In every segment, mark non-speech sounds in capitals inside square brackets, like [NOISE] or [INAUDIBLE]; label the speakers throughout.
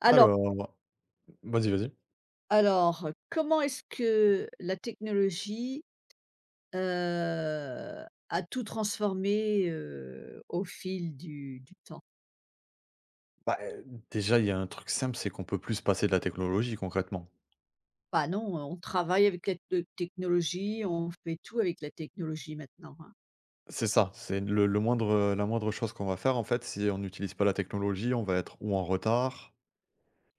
Speaker 1: Alors
Speaker 2: Alors vas-y, vas-y.
Speaker 1: alors, comment est-ce que la technologie, heu, a tout transformé, au fil du temps?
Speaker 2: Bah, déjà, il y a un truc simple, c'est qu'on peut plus se passer de la technologie concrètement.
Speaker 1: Bah, non, on travaille avec la te technologie, on fait tout avec la technologie maintenant, hein.
Speaker 2: C'est ça, c'est le moindre, la moindre chose qu'on va faire, en fait, si on n'utilise pas la technologie, on va être ou en retard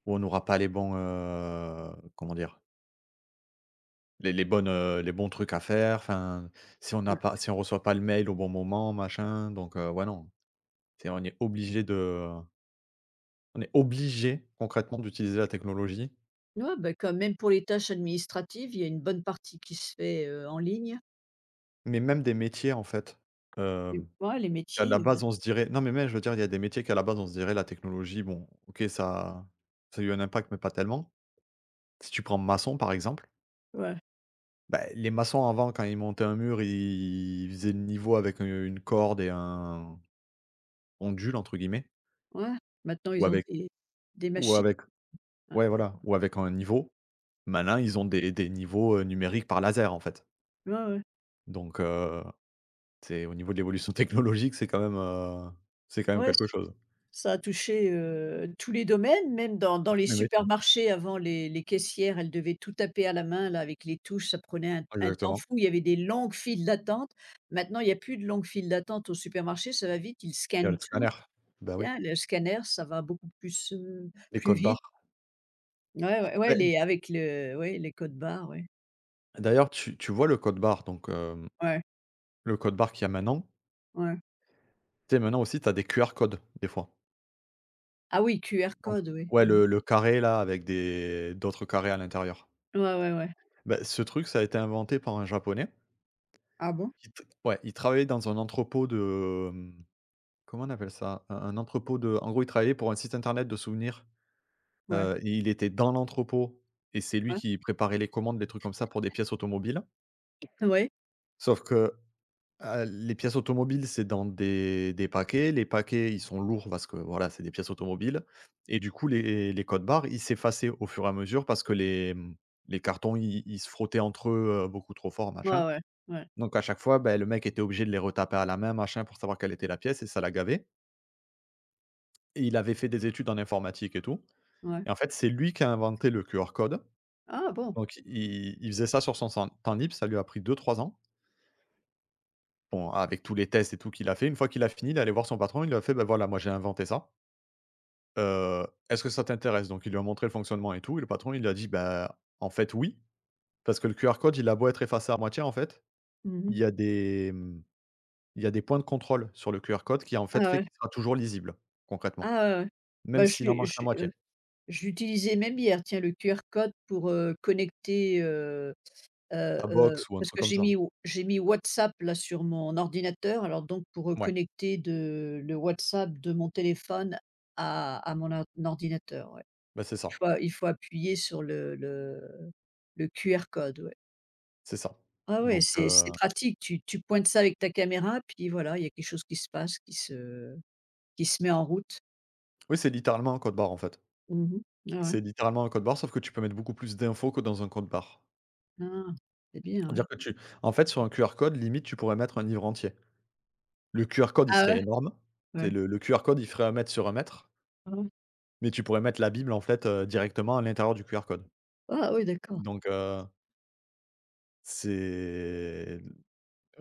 Speaker 2: ou on n'aura pas les bons, comment dire? Les bonnes, les bons trucs à faire, enfin, si on reçoit pas le mail au bon moment, machin, donc ouais, non. C'est on est obligé de On est obligé concrètement d'utiliser la technologie,
Speaker 1: Ouais, bah, quand même pour les tâches administratives, il y a une bonne partie qui se fait, en ligne.
Speaker 2: mais même des métiers, en fait,
Speaker 1: Tu vois, les
Speaker 2: qu'à la
Speaker 1: métiers,
Speaker 2: base, on se dirait non, mais même, je veux dire, il y a des métiers qu'à la base, on se dirait la technologie, bon, OK, ça a eu un impact, mais pas tellement. Si tu prends maçon, par exemple,
Speaker 1: ouais,
Speaker 2: bah, les maçons, avant, quand ils montaient un mur, ils faisaient le niveau avec, une corde et un «ondule» entre guillemets
Speaker 1: ouais, maintenant
Speaker 2: ou
Speaker 1: ils ont
Speaker 2: avec
Speaker 1: des
Speaker 2: ou
Speaker 1: machines,
Speaker 2: avec
Speaker 1: ouais.
Speaker 2: ouais, voilà, ou avec un niveau. Maintenant, ils ont des niveaux, numériques par laser, en fait.
Speaker 1: Ouais, ouais.
Speaker 2: Donc, c'est au niveau de l'évolution [LAUGHS] technologique, c'est quand même
Speaker 1: Ouais,
Speaker 2: quelque chose.
Speaker 1: ça a touché, tous les domaines, même dans les
Speaker 2: Les métiers
Speaker 1: supermarchés. Avant, les caissières, elles devaient tout taper à la main là avec les touches, ça prenait un temps
Speaker 2: exactement.
Speaker 1: fou, il y avait des longues files d'attente. Maintenant, il y a plus de longues files d'attente au supermarché, ça va vite, ils
Speaker 2: Il y a le
Speaker 1: scannent
Speaker 2: scanner.
Speaker 1: tout.
Speaker 2: Bah oui,
Speaker 1: Bien, le scanner, ça va beaucoup plus,
Speaker 2: les
Speaker 1: plus
Speaker 2: codes barres.
Speaker 1: vite. Ouais, ouais, ouais, les avec le ouais, les codes barres, ouais.
Speaker 2: D'ailleurs, tu vois le code barre,
Speaker 1: Ouais,
Speaker 2: qu'il y a maintenant,
Speaker 1: ouais.
Speaker 2: tu sais, maintenant aussi, tu as des QR codes, des fois.
Speaker 1: Ah oui, QR
Speaker 2: Donc
Speaker 1: code, oui.
Speaker 2: ouais,
Speaker 1: Mmh.
Speaker 2: le carré là, avec des d'autres carrés à l'intérieur.
Speaker 1: Ouais, ouais, ouais.
Speaker 2: Bah, ce truc, ça a été inventé par un japonais.
Speaker 1: Ah bon?
Speaker 2: Il t ouais, il travaillait dans un entrepôt comment on appelle ça? Un entrepôt de, en gros, il travaillait pour un site internet de souvenirs,
Speaker 1: Ouais,
Speaker 2: et il était dans l'entrepôt et c'est lui
Speaker 1: ouais.
Speaker 2: qui préparait les commandes, des trucs comme ça, pour des pièces automobiles.
Speaker 1: Oui.
Speaker 2: Sauf que Ah, les pièces automobiles, c'est dans des paquets. Les paquets, ils sont lourds parce que, voilà, c'est des pièces automobiles et du coup, les codes barres, ils s'effaçaient au fur et à mesure parce que les cartons, ils se frottaient entre eux, beaucoup trop fort, machin.
Speaker 1: Ouais, ouais, ouais,
Speaker 2: Donc à chaque fois, beh, le mec était obligé de les retaper à la main, machin, pour savoir quelle était la pièce et ça l'a gavé et il avait fait des études en informatique et tout
Speaker 1: ouais.
Speaker 2: et en fait, c'est lui qui a inventé le QR code.
Speaker 1: Ah bon?
Speaker 2: Donc i il faisait ça sur son san temps libre, ça lui a pris deux trois ans. Bon, ah, avec tous les tests et tout qu'il a fait, une fois qu'il a fini, il est allé voir son patron, il lui a fait: ben voilà, moi, j'ai inventé ça, est-ce que ça t'intéresse?» donc il lui a montré le fonctionnement et tout et le patron, il lui a dit: ben en fait, oui» parce que le QR code, il a beau être effacé à moitié, en fait,
Speaker 1: Mmh.
Speaker 2: il y a des, mmh, il y a des points de contrôle sur le QR code qui, en
Speaker 1: Ah
Speaker 2: fait, fait
Speaker 1: ouais.
Speaker 2: qu'il sera toujours lisible, concrètement,
Speaker 1: Ah, bah,
Speaker 2: même s'il en manque la moitié.
Speaker 1: je l'utilisais même hier, tiens, le QR code pour, connecter,
Speaker 2: Ta box ou un
Speaker 1: parce
Speaker 2: truc
Speaker 1: que
Speaker 2: comme
Speaker 1: j'ai
Speaker 2: ça.
Speaker 1: mis j'ai mis WhatsApp, là, sur mon ordinateur, alors donc pour,
Speaker 2: Ouais,
Speaker 1: connecter de le WhatsApp de mon téléphone à mon or ordinateur, ouais.
Speaker 2: ben
Speaker 1: Il faut il faut appuyer sur le QR code, ouais.
Speaker 2: c'est ça
Speaker 1: Ah ouais,
Speaker 2: donc,
Speaker 1: c'est pratique, tu pointes ça avec ta caméra, puis voilà, il y a quelque chose qui se passe, qui se met en route.
Speaker 2: oui, c'est littéralement un code barre, en fait.
Speaker 1: Mmh. Ouais, ouais.
Speaker 2: C'est littéralement un code barre, sauf que tu peux mettre beaucoup plus d'infos que dans un code barre.
Speaker 1: Ah, c'est bien, ouais.
Speaker 2: Dire que tu en fait, sur un QR code, limite, tu pourrais mettre un livre entier. Le QR code, il
Speaker 1: Ah
Speaker 2: serait
Speaker 1: ouais?
Speaker 2: énorme. C'est sais,
Speaker 1: Ouais.
Speaker 2: le QR code, il ferait un mètre sur un mètre,
Speaker 1: Ah ouais?
Speaker 2: mais tu pourrais mettre la Bible, en fait, directement à l'intérieur du QR code.
Speaker 1: Ah oui, d'accord.
Speaker 2: Donc, c'est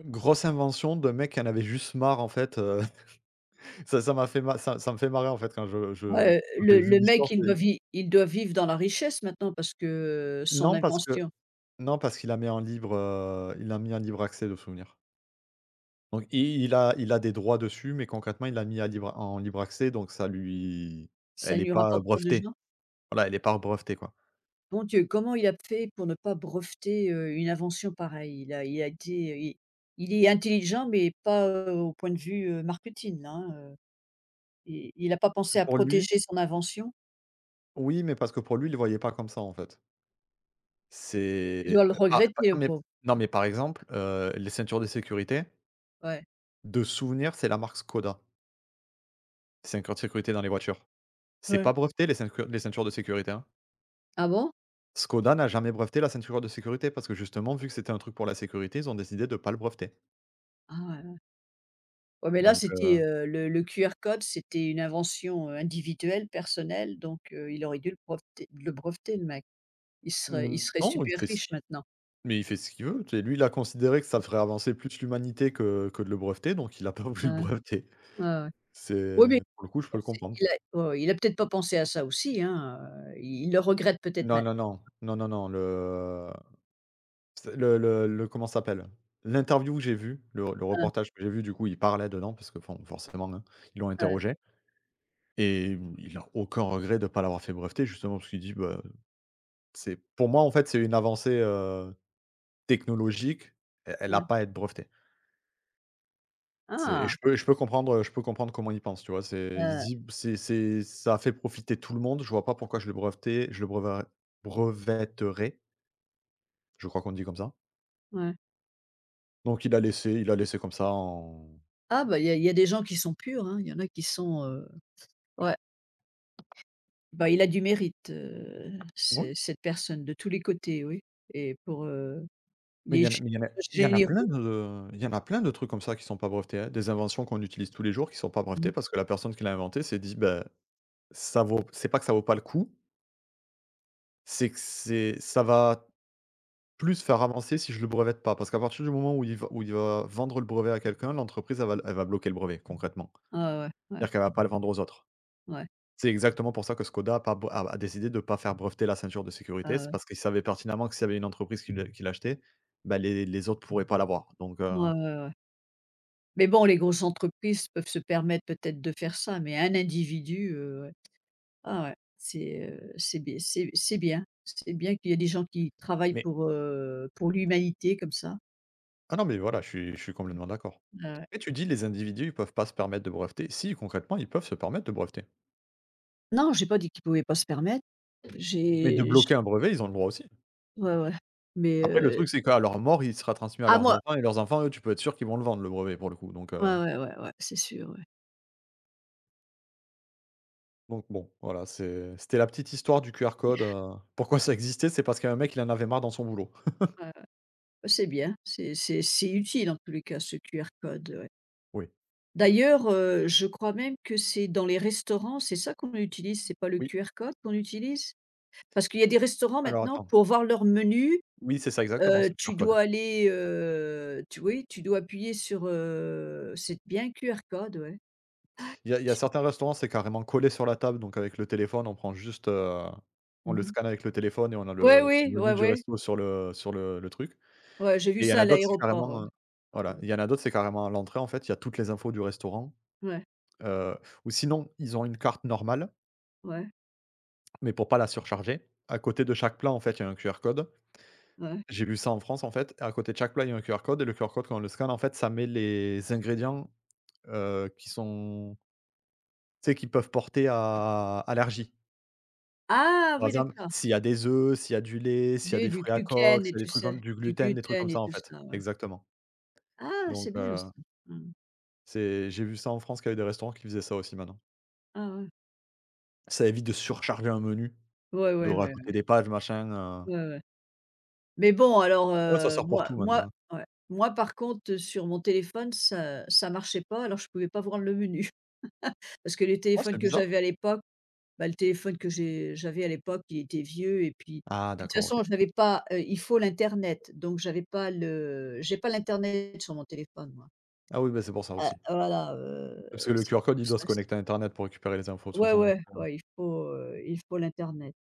Speaker 2: grosse invention de mec qui en avait juste marre, en fait, [LAUGHS] ça ça m'a fait ma ça ça me fait marrer, en fait, quand je
Speaker 1: Ouais,
Speaker 2: quand j'ai
Speaker 1: le
Speaker 2: vu
Speaker 1: le
Speaker 2: l'histoire,
Speaker 1: mec, il
Speaker 2: c'est
Speaker 1: doit vi il doit vivre dans la richesse maintenant parce que son
Speaker 2: non parce que
Speaker 1: invention,
Speaker 2: non parce qu'il a mis un libre, il a mis un libre accès de souvenir. Donc i il a des droits dessus, mais concrètement, il l'a mis à libre en libre accès, donc ça lui
Speaker 1: ça
Speaker 2: elle est
Speaker 1: lui
Speaker 2: pas
Speaker 1: rapporte pour de
Speaker 2: brevetée.
Speaker 1: gens.
Speaker 2: Voilà, elle est pas brevetée, quoi.
Speaker 1: Mon Dieu, comment il a fait pour ne pas breveter, une invention pareille? Il a été il est intelligent, mais pas, au point de vue, marketing, là, hein, il n'a pas
Speaker 2: Parce
Speaker 1: pensé
Speaker 2: que
Speaker 1: à
Speaker 2: pour lui
Speaker 1: protéger son invention?
Speaker 2: oui, mais parce que pour lui, il le voyait pas comme ça, en fait.
Speaker 1: Il
Speaker 2: C'est
Speaker 1: doit le
Speaker 2: bah, par par
Speaker 1: regretter,
Speaker 2: non,
Speaker 1: le pauvre.
Speaker 2: mais par exemple, les ceintures de sécurité,
Speaker 1: Ouais.
Speaker 2: de souvenir, c'est la marque Skoda, ceinture de sécurité dans les voitures. C'est
Speaker 1: Ouais.
Speaker 2: pas breveté les ceintures de sécurité, hein.
Speaker 1: Ah bon?
Speaker 2: Skoda n'a jamais breveté la ceinture de sécurité parce que justement, vu que c'était un truc pour la sécurité, ils ont décidé de pas le breveter.
Speaker 1: Ah ouais. Ouais, mais là,
Speaker 2: Donc,
Speaker 1: c'était, le QR code, c'était une invention, individuelle, personnelle, donc il aurait dû le breveter le mec. Il serait il
Speaker 2: mmh,
Speaker 1: serait
Speaker 2: non, il
Speaker 1: super
Speaker 2: fait c
Speaker 1: riche maintenant.
Speaker 2: mais il fait ce qu'il veut. Tu sais, lui, il a considéré que ça ferait avancer plus l'humanité que de le breveter, donc il a pas [LAUGHS] voulu
Speaker 1: Ouais,
Speaker 2: le breveter.
Speaker 1: ouais, ouais. Oui, mais
Speaker 2: C'est pour le coup, je peux
Speaker 1: bon,
Speaker 2: le
Speaker 1: c'est
Speaker 2: comprendre.
Speaker 1: il a ouais, ouais, il a peut-être pas pensé à ça aussi, hein, il le regrette peut-être
Speaker 2: Non,
Speaker 1: même.
Speaker 2: non, non. Non, non, non, le c'est le comment ça s'appelle? L'interview que j'ai vue, le
Speaker 1: Ouais,
Speaker 2: reportage que j'ai vu, du coup, il parlait dedans parce que bon, forcément, hein, ils l'ont
Speaker 1: ouais,
Speaker 2: interrogé et il a aucun regret de ne pas l'avoir fait breveter justement parce qu'il dit: «Bah, c'est pour moi, en fait, c'est une avancée, technologique, e elle n'a
Speaker 1: ouais.
Speaker 2: pas à être brevetée. C'est et
Speaker 1: Ah,
Speaker 2: je peux comprendre comment ils pensent, tu vois? C'est ils se
Speaker 1: heu,
Speaker 2: disent: «C'est ça a fait profiter tout le monde, je vois pas pourquoi je le breve brevetterais», je crois qu'on dit comme ça.
Speaker 1: ouais.
Speaker 2: Donc il a laissé comme ça en
Speaker 1: Ah, bah, il y a des gens qui sont purs, hein, il y en a qui sont, ouais, bah, il a du mérite,
Speaker 2: oui,
Speaker 1: ce cette personne de tous les côtés, oui et pour, il
Speaker 2: mais
Speaker 1: est gé généreux.
Speaker 2: il y en a plein de trucs comme ça qui sont pas brevetés, hein. Des inventions qu'on utilise tous les jours qui sont pas brevetées
Speaker 1: Mmh.
Speaker 2: parce que la personne qui l'a inventé s'est dit: ben ça vaut c'est pas que ça vaut pas le coup, c'est que c'est ça va plus faire avancer si je le brevette pas, parce qu'à partir du moment où il va vendre le brevet à quelqu'un, l'entreprise elle va bloquer le brevet concrètement.
Speaker 1: Ah ouais, ouais,
Speaker 2: C'est-à-dire qu'elle va pas le vendre aux autres.
Speaker 1: ouais.
Speaker 2: C'est exactement pour ça que Skoda a décidé de ne pas faire breveter la ceinture de sécurité,
Speaker 1: Ah
Speaker 2: c'est
Speaker 1: ouais.
Speaker 2: parce qu'ils savaient pertinemment que s'il y avait une entreprise qui l'achetait, bah, les autres pourraient pas l'avoir donc,
Speaker 1: Ouais, ouais, ouais. Ouais. Mais bon, les grosses entreprises peuvent se permettre peut-être de faire ça, mais un individu, ouais. Ah ouais, c'est, c'est bien. C'est bien qu'il y ait des gens qui travaillent
Speaker 2: mais
Speaker 1: pour l'humanité comme ça.
Speaker 2: ah non, mais voilà, je suis complètement d'accord.
Speaker 1: Ah ouais.
Speaker 2: Et tu dis les individus, ils peuvent pas se permettre de breveter. Si, concrètement, ils peuvent se permettre de breveter,
Speaker 1: Non, j'ai pas dit qu'ils pouvaient pas se permettre.
Speaker 2: mais de
Speaker 1: J'ai
Speaker 2: bloquer
Speaker 1: j
Speaker 2: un brevet, ils ont le droit aussi.
Speaker 1: ouais, ouais. mais
Speaker 2: Après le
Speaker 1: heu,
Speaker 2: truc, c'est qu'à leur mort, il sera transmis à
Speaker 1: ah
Speaker 2: leurs
Speaker 1: moi
Speaker 2: enfants et leurs enfants, eux, tu peux être sûr qu'ils vont le vendre le brevet pour le coup,
Speaker 1: ouais, ouais, ouais, ouais, c'est sûr, ouais.
Speaker 2: donc bon, voilà, c'était la petite histoire du QR code, [LAUGHS] pourquoi ça existait? C'est parce qu'un mec, il en avait marre dans son boulot.
Speaker 1: Ouais, ouais. C'est bien, c'est utile en tous les cas ce QR code, ouais.
Speaker 2: Oui,
Speaker 1: D'ailleurs, je crois même que c'est dans les restaurants, c'est ça qu'on utilise, c'est pas le
Speaker 2: oui,
Speaker 1: QR code qu'on utilise? Parce qu'il y a des restaurants
Speaker 2: alors
Speaker 1: maintenant
Speaker 2: attends.
Speaker 1: pour voir leur menu,
Speaker 2: Oui, c'est ça exactement, c'est le
Speaker 1: tu
Speaker 2: QR code.
Speaker 1: dois aller, tu oui, tu dois appuyer sur, c'est bien QR code, ouais.
Speaker 2: Il y a
Speaker 1: Tu
Speaker 2: certains restaurants, c'est carrément collé sur la table, donc avec le téléphone, on prend juste, on le
Speaker 1: Mmh.
Speaker 2: scanne avec le téléphone et on a
Speaker 1: Ouais,
Speaker 2: le
Speaker 1: oui,
Speaker 2: menu
Speaker 1: ouais,
Speaker 2: du
Speaker 1: ouais.
Speaker 2: resto sur le truc
Speaker 1: Ouais, j'ai vu
Speaker 2: et il y en
Speaker 1: ça
Speaker 2: a
Speaker 1: à
Speaker 2: d'autres, c'est
Speaker 1: l'aéroport, ouais.
Speaker 2: carrément, voilà,
Speaker 1: Mmh.
Speaker 2: il y en a d'autres, c'est carrément à l'entrée, en fait, il y a toutes les infos du restaurant.
Speaker 1: Ouais,
Speaker 2: Heu, ou sinon, ils ont une carte normale,
Speaker 1: ouais,
Speaker 2: mais pour pas la surcharger. À côté de chaque plat, en fait, il y a un QR code.
Speaker 1: ouais.
Speaker 2: J'ai vu ça en France, en fait. À côté de chaque plat, il y a un QR code et le QR code, quand on le scanne, en fait, ça met les ingrédients, qui sont tu sais, qui peuvent porter à allergie.
Speaker 1: Ah
Speaker 2: Par
Speaker 1: oui,
Speaker 2: exemple,
Speaker 1: d'accord.
Speaker 2: s'il y a des œufs, s'il y a du lait, s'il y a des
Speaker 1: Du
Speaker 2: fruits à coque,
Speaker 1: glucène
Speaker 2: s'il
Speaker 1: et
Speaker 2: y a des
Speaker 1: tout
Speaker 2: trucs
Speaker 1: ça,
Speaker 2: comme du
Speaker 1: du
Speaker 2: gluten, des trucs comme
Speaker 1: gluten et
Speaker 2: ça, en
Speaker 1: tout
Speaker 2: fait.
Speaker 1: ça, ouais.
Speaker 2: Exactement.
Speaker 1: Ah,
Speaker 2: Donc,
Speaker 1: c'est bien ça. Mmh.
Speaker 2: c'est j'ai vu ça en France, qu'il y avait des restaurants qui faisaient ça aussi, maintenant.
Speaker 1: Ah ouais.
Speaker 2: Ça évite de surcharger un menu,
Speaker 1: Ouais,
Speaker 2: de
Speaker 1: ouais, ouais, ouais.
Speaker 2: rajouter des pages, machin, heu.
Speaker 1: Ouais, ouais. Mais bon, alors,
Speaker 2: Ouais, ça sert pour
Speaker 1: moi
Speaker 2: tout,
Speaker 1: moi
Speaker 2: maintenant, hein.
Speaker 1: ouais, moi par contre, sur mon téléphone, ça marchait pas, alors je pouvais pas voir le menu. [LAUGHS] Parce que les
Speaker 2: Ah, c'est
Speaker 1: téléphones que j'avais
Speaker 2: bizarre.
Speaker 1: à l'époque, bah, le téléphone que j'avais à l'époque, il était vieux et puis
Speaker 2: Ah
Speaker 1: de toute
Speaker 2: d'accord, OK.
Speaker 1: façon, j'avais pas, il faut l'internet, donc j'ai pas l'internet sur mon téléphone moi.
Speaker 2: Ah oui, bah, c'est pour ça aussi.
Speaker 1: Voilà,
Speaker 2: Parce que le
Speaker 1: c'est
Speaker 2: QR code,
Speaker 1: pour
Speaker 2: il
Speaker 1: ça,
Speaker 2: doit se
Speaker 1: c'est
Speaker 2: connecter à internet pour récupérer les infos de toute
Speaker 1: ouais,
Speaker 2: façon, donc
Speaker 1: ouais, ouais, il faut l'internet.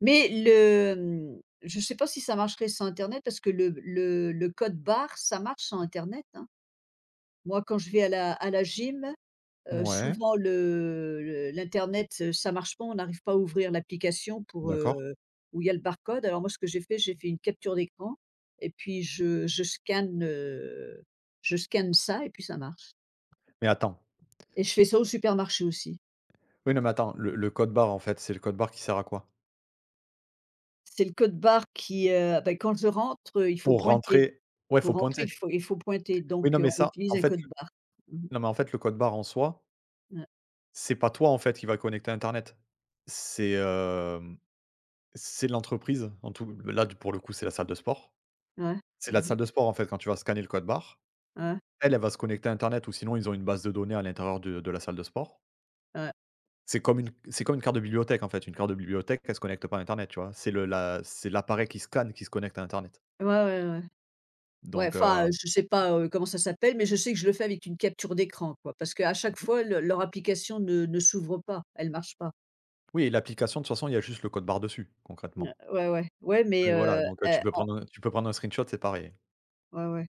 Speaker 1: Mais je ne sais pas si ça marcherait sans internet parce que le code barre, ça marche sans internet, hein. Moi, quand je vais à la gym,
Speaker 2: mouais,
Speaker 1: souvent le l'internet, ça marche pas, on n'arrive pas à ouvrir l'application pour,
Speaker 2: d'accord.
Speaker 1: où il y a le barcode. Alors moi, ce que j'ai fait une capture d'écran et puis je scanne ça et puis ça marche
Speaker 2: Mais attends,
Speaker 1: et je fais ça au supermarché aussi.
Speaker 2: oui, non, mais attends, le code barre en fait, c'est le code barre qui sert à quoi?
Speaker 1: C'est le code barre qui, bah, quand je rentre, il faut
Speaker 2: Pour
Speaker 1: pointer.
Speaker 2: rentrer, ouais, faut
Speaker 1: Pour rentrer,
Speaker 2: pointer.
Speaker 1: il faut pointer,
Speaker 2: Oui, non,
Speaker 1: donc
Speaker 2: mais
Speaker 1: on
Speaker 2: ça, en
Speaker 1: utilise un
Speaker 2: fait
Speaker 1: code barre. Mmh.
Speaker 2: non, mais en fait, le code barre en soi,
Speaker 1: Ouais.
Speaker 2: c'est pas toi en fait qui va connecter à internet. C'est, c'est l'entreprise en tout là, pour le coup, c'est la salle de sport.
Speaker 1: Ouais. Ouais.
Speaker 2: C'est la
Speaker 1: Mmh.
Speaker 2: salle de sport en fait, quand tu vas scanner le code barre, elle, elle va se connecter à internet ou sinon ils ont une base de données à l'intérieur de la salle de sport.
Speaker 1: Ouais, ouais.
Speaker 2: C'est comme une carte de bibliothèque, en fait. Une carte de bibliothèque, elle se connecte pas à internet, tu vois? C'est le la c'est l'appareil qui scanne qui se connecte à internet.
Speaker 1: Ouais, ouais, ouais. Ouais. Ouais,
Speaker 2: Donc
Speaker 1: enfin, je sais pas, comment ça s'appelle, mais je sais que je le fais avec une capture d'écran, quoi, parce qu'à chaque fois, le leur application ne s'ouvre pas, elle marche pas.
Speaker 2: oui, et l'application, de toute façon, il y a juste le code barre dessus,
Speaker 1: N
Speaker 2: concrètement.
Speaker 1: Ouais, ouais. Ouais, mais
Speaker 2: Et voilà, donc
Speaker 1: eh,
Speaker 2: tu peux
Speaker 1: en
Speaker 2: prendre un tu peux prendre un screenshot, c'est pareil.
Speaker 1: ouais, ouais.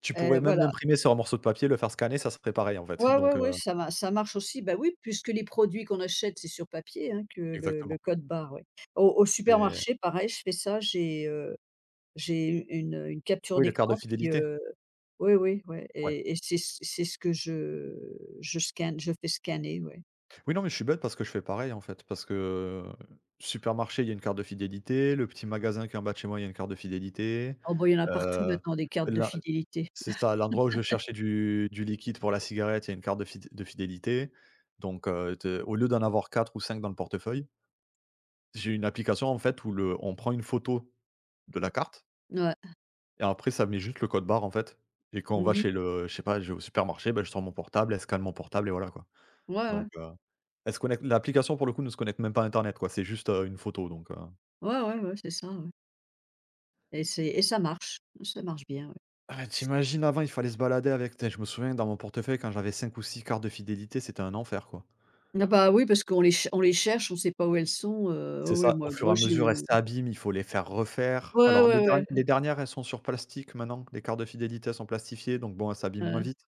Speaker 2: Tu
Speaker 1: Eh,
Speaker 2: pourrais même
Speaker 1: voilà.
Speaker 2: l'imprimer sur un morceau de papier, le faire scanner, ça serait pareil, en fait.
Speaker 1: Ouais,
Speaker 2: Donc
Speaker 1: ouais, ouais, ça marche aussi. Bah, oui, puisque les produits qu'on achète, c'est sur papier, hein, que le
Speaker 2: exactement.
Speaker 1: code barre, ouais. Au
Speaker 2: C'est
Speaker 1: supermarché, pareil, je fais ça, J'ai une capture
Speaker 2: oui, le carte de
Speaker 1: d'écran puis,
Speaker 2: fidélité.
Speaker 1: oui, oui, ouais
Speaker 2: Ouais.
Speaker 1: et c'est ce que je scanne, je fais scanner, ouais.
Speaker 2: Oui, non, mais je suis bête parce que je fais pareil, en fait. Parce que, supermarché, il y a une carte de fidélité, le petit magasin qui est en bas de chez moi, il y a une carte de fidélité,
Speaker 1: Oh bah, il y en a partout
Speaker 2: heu,
Speaker 1: maintenant des cartes de fidélité.
Speaker 2: c'est ça, l'endroit où je vais chercher du liquide pour la cigarette, il y a une carte de fid de fidélité. Donc, te au lieu d'en avoir 4 ou 5 dans le portefeuille, j'ai une application en fait où le on prend une photo de la carte
Speaker 1: Ouais.
Speaker 2: et après ça met juste le code barre en fait et quand on va
Speaker 1: Mmh.
Speaker 2: chez le je sais pas, je vais au supermarché, ben je sors mon portable, elle scanne mon portable et voilà quoi.
Speaker 1: Ouais, ouais.
Speaker 2: Donc, elle se connecte l'application pour le coup ne se connecte même pas à internet quoi, c'est juste, une photo donc,
Speaker 1: Ouais, ouais, ouais, c'est ça, ouais et ça marche bien, ouais.
Speaker 2: ah tu avant il fallait se balader avec tu je me souviens dans mon portefeuille quand j'avais 5 ou 6 cartes de fidélité, c'était un enfer quoi.
Speaker 1: Ah bah, oui, parce qu'on les ch on les cherche, on sait pas où elles sont,
Speaker 2: C'est
Speaker 1: oui, oui,
Speaker 2: ça, au
Speaker 1: moi
Speaker 2: fur et
Speaker 1: moi,
Speaker 2: à
Speaker 1: je
Speaker 2: mesure, elles s'abîment, il faut les faire refaire.
Speaker 1: ouais,
Speaker 2: Alors les
Speaker 1: ouais,
Speaker 2: derni
Speaker 1: ouais,
Speaker 2: les dernières, elles sont sur plastique maintenant, les cartes de fidélité, sont plastifiées, donc bon, elles s'abîment moins
Speaker 1: ouais.
Speaker 2: vite.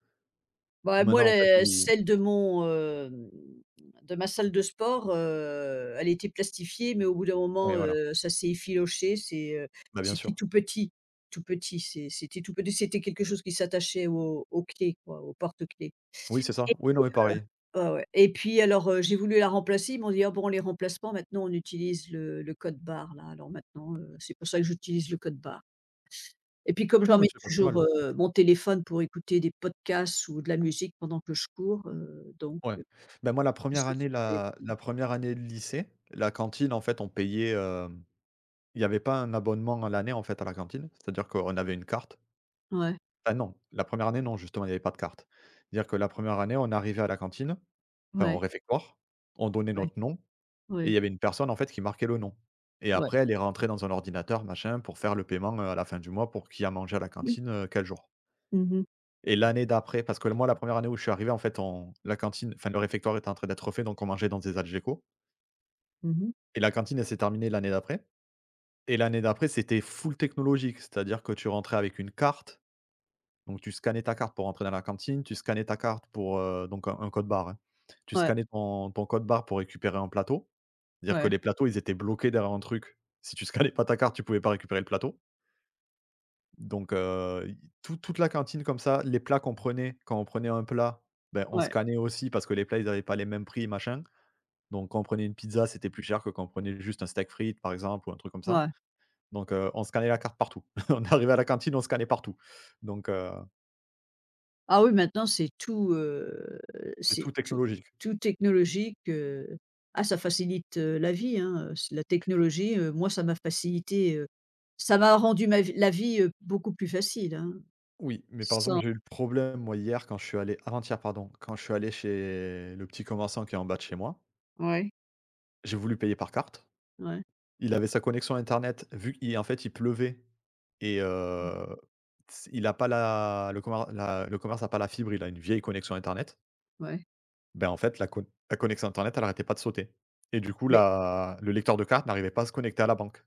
Speaker 1: Bah, moi,
Speaker 2: Maintenant, en fait,
Speaker 1: les
Speaker 2: oui,
Speaker 1: celle de mon, de ma salle de sport, elle était plastifiée, mais au bout d'un
Speaker 2: oui,
Speaker 1: moment,
Speaker 2: voilà.
Speaker 1: ça s'est effiloché,
Speaker 2: Bah, bien
Speaker 1: c'était
Speaker 2: sûr.
Speaker 1: tout petit, c'était tout petit, c'était quelque chose qui s'attachait au aux clés, quoi, aux porte-clés
Speaker 2: Oui, c'est ça.
Speaker 1: et
Speaker 2: Oui, non, mais pareil.
Speaker 1: ouais, ouais et puis alors, j'ai voulu la remplacer, ils m'ont dit: «Ah bon, les remplacements maintenant on utilise le code barre là, alors maintenant, c'est pour ça que j'utilise le code barre». Et puis comme
Speaker 2: Oui, non,
Speaker 1: j'en
Speaker 2: mais
Speaker 1: mets
Speaker 2: c'est pas plus mal.
Speaker 1: toujours, mon téléphone pour écouter des podcasts ou de la musique pendant que je cours, donc
Speaker 2: Ouais. Ben moi, la
Speaker 1: tout
Speaker 2: première
Speaker 1: ça
Speaker 2: année,
Speaker 1: sur le
Speaker 2: la
Speaker 1: téléphone.
Speaker 2: la 1re année de lycée, la cantine, en fait, on payait, il n'y avait pas un abonnement à l'année, en fait, à la cantine. C'est-à-dire qu'on avait une carte.
Speaker 1: Ouais,
Speaker 2: Ah non, la première année, non, justement, il n'y avait pas de carte. C'est-à-dire que la première année, on arrivait à la cantine, enfin au
Speaker 1: ouais,
Speaker 2: réfectoire, on donnait
Speaker 1: ouais,
Speaker 2: notre nom. Et il
Speaker 1: ouais,
Speaker 2: y avait une personne en fait qui marquait le nom. Et
Speaker 1: ouais.
Speaker 2: après, elle est rentrée dans un ordinateur, machin, pour faire le paiement, à la fin du mois pour qui a mangé à la cantine, quel jour.
Speaker 1: Mmh. Mh.
Speaker 2: Et l'année d'après, parce que moi la première année où je suis arrivé en fait on la cantine, enfin le réfectoire était en train d'être refait, donc on mangeait dans des algéco
Speaker 1: Mmh.
Speaker 2: et la cantine elle s'est terminée l'année d'après et l'année d'après c'était full technologique. C'est-à-dire que tu rentrais avec une carte, donc tu scannais ta carte pour rentrer dans la cantine, tu scannais ta carte pour, donc un code barre, hein. Tu
Speaker 1: Ouais,
Speaker 2: scannais ton code barre pour récupérer un plateau. Dire que
Speaker 1: ouais,
Speaker 2: les plateaux, ils étaient bloqués derrière un truc. Si tu scannais pas ta carte, tu pouvais pas récupérer le plateau. Donc, i toute la cantine comme ça, les plats qu'on prenait, quand on prenait un plat, ben, on
Speaker 1: ouais,
Speaker 2: scannait aussi parce que les plats, ils avaient pas les mêmes prix, machin. Donc quand on prenait une pizza, c'était plus cher que quand on prenait juste un steak frites, par exemple, ou un truc comme ça.
Speaker 1: ouais.
Speaker 2: Donc, on scannait la carte partout. [LAUGHS] On arrivait à la cantine, on scannait partout. Donc,
Speaker 1: Ah oui, maintenant
Speaker 2: c'est
Speaker 1: c'est
Speaker 2: tout
Speaker 1: tout
Speaker 2: technologique.
Speaker 1: tout technologique. Ah ça facilite, la vie, hein, c'est la technologie, moi ça m'a facilité, ça m'a rendu ma vie la vie, beaucoup plus facile, hein.
Speaker 2: Oui, mais par exemple,
Speaker 1: Sans
Speaker 2: j'ai eu le problème, moi, hier, quand je suis allé avant-hier, pardon, quand je suis allé chez le petit commerçant qui est en bas de chez moi,
Speaker 1: Ouais,
Speaker 2: j'ai voulu payer par carte.
Speaker 1: ouais,
Speaker 2: Il avait sa connexion internet, vu qu'il en fait, il pleuvait et s il a pas la le commer la le commerce a pas la fibre, il a une vieille connexion internet.
Speaker 1: ouais.
Speaker 2: Ben en fait, la connexion internet, elle arrêtait pas de sauter et du coup,
Speaker 1: Mais
Speaker 2: la le lecteur de carte n'arrivait pas à se connecter à la banque.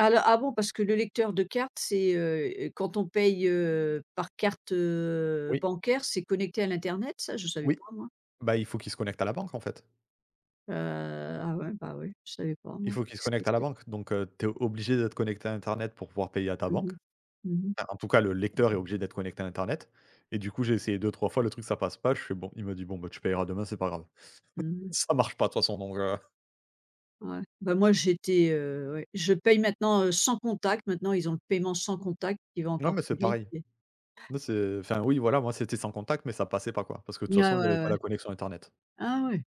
Speaker 1: alors, ah bon, parce que le lecteur de cartes, quand on paye, par carte,
Speaker 2: Oui,
Speaker 1: bancaire, c'est connecté à l'internet ça? Je savais
Speaker 2: oui.
Speaker 1: pas moi.
Speaker 2: Bah, il faut qu'il se connecte à la banque, en fait.
Speaker 1: Ah ouais, bah oui je savais pas
Speaker 2: Il
Speaker 1: moi.
Speaker 2: faut qu'il se
Speaker 1: Qu'est-ce que
Speaker 2: connecte à la
Speaker 1: c'est?
Speaker 2: banque, donc tu es obligé d'être connecté à internet pour pouvoir payer à ta
Speaker 1: Mmh.
Speaker 2: banque.
Speaker 1: Mh. Mmh.
Speaker 2: Enfin, en tout cas, le lecteur est obligé d'être connecté à internet et du coup, j'ai essayé deux trois fois, le truc ça passe pas, je fais: «Bon», il me dit: «Bon, bah, tu payeras demain, c'est pas grave». [LAUGHS]
Speaker 1: Mmh.
Speaker 2: Ça marche pas de toute façon donc
Speaker 1: Ouais. Bah moi ouais, je paye maintenant, sans contact. Maintenant ils ont le paiement sans contact qui va
Speaker 2: non,
Speaker 1: encore
Speaker 2: mais c'est
Speaker 1: plus vite
Speaker 2: pareil.
Speaker 1: et
Speaker 2: Nous, c'est enfin, oui, voilà, moi, c'était sans contact, mais ça passait pas, quoi, parce que de toute
Speaker 1: ouais,
Speaker 2: façon, il y avait
Speaker 1: ouais,
Speaker 2: pas
Speaker 1: ouais.
Speaker 2: la connexion internet.
Speaker 1: Ah ouais!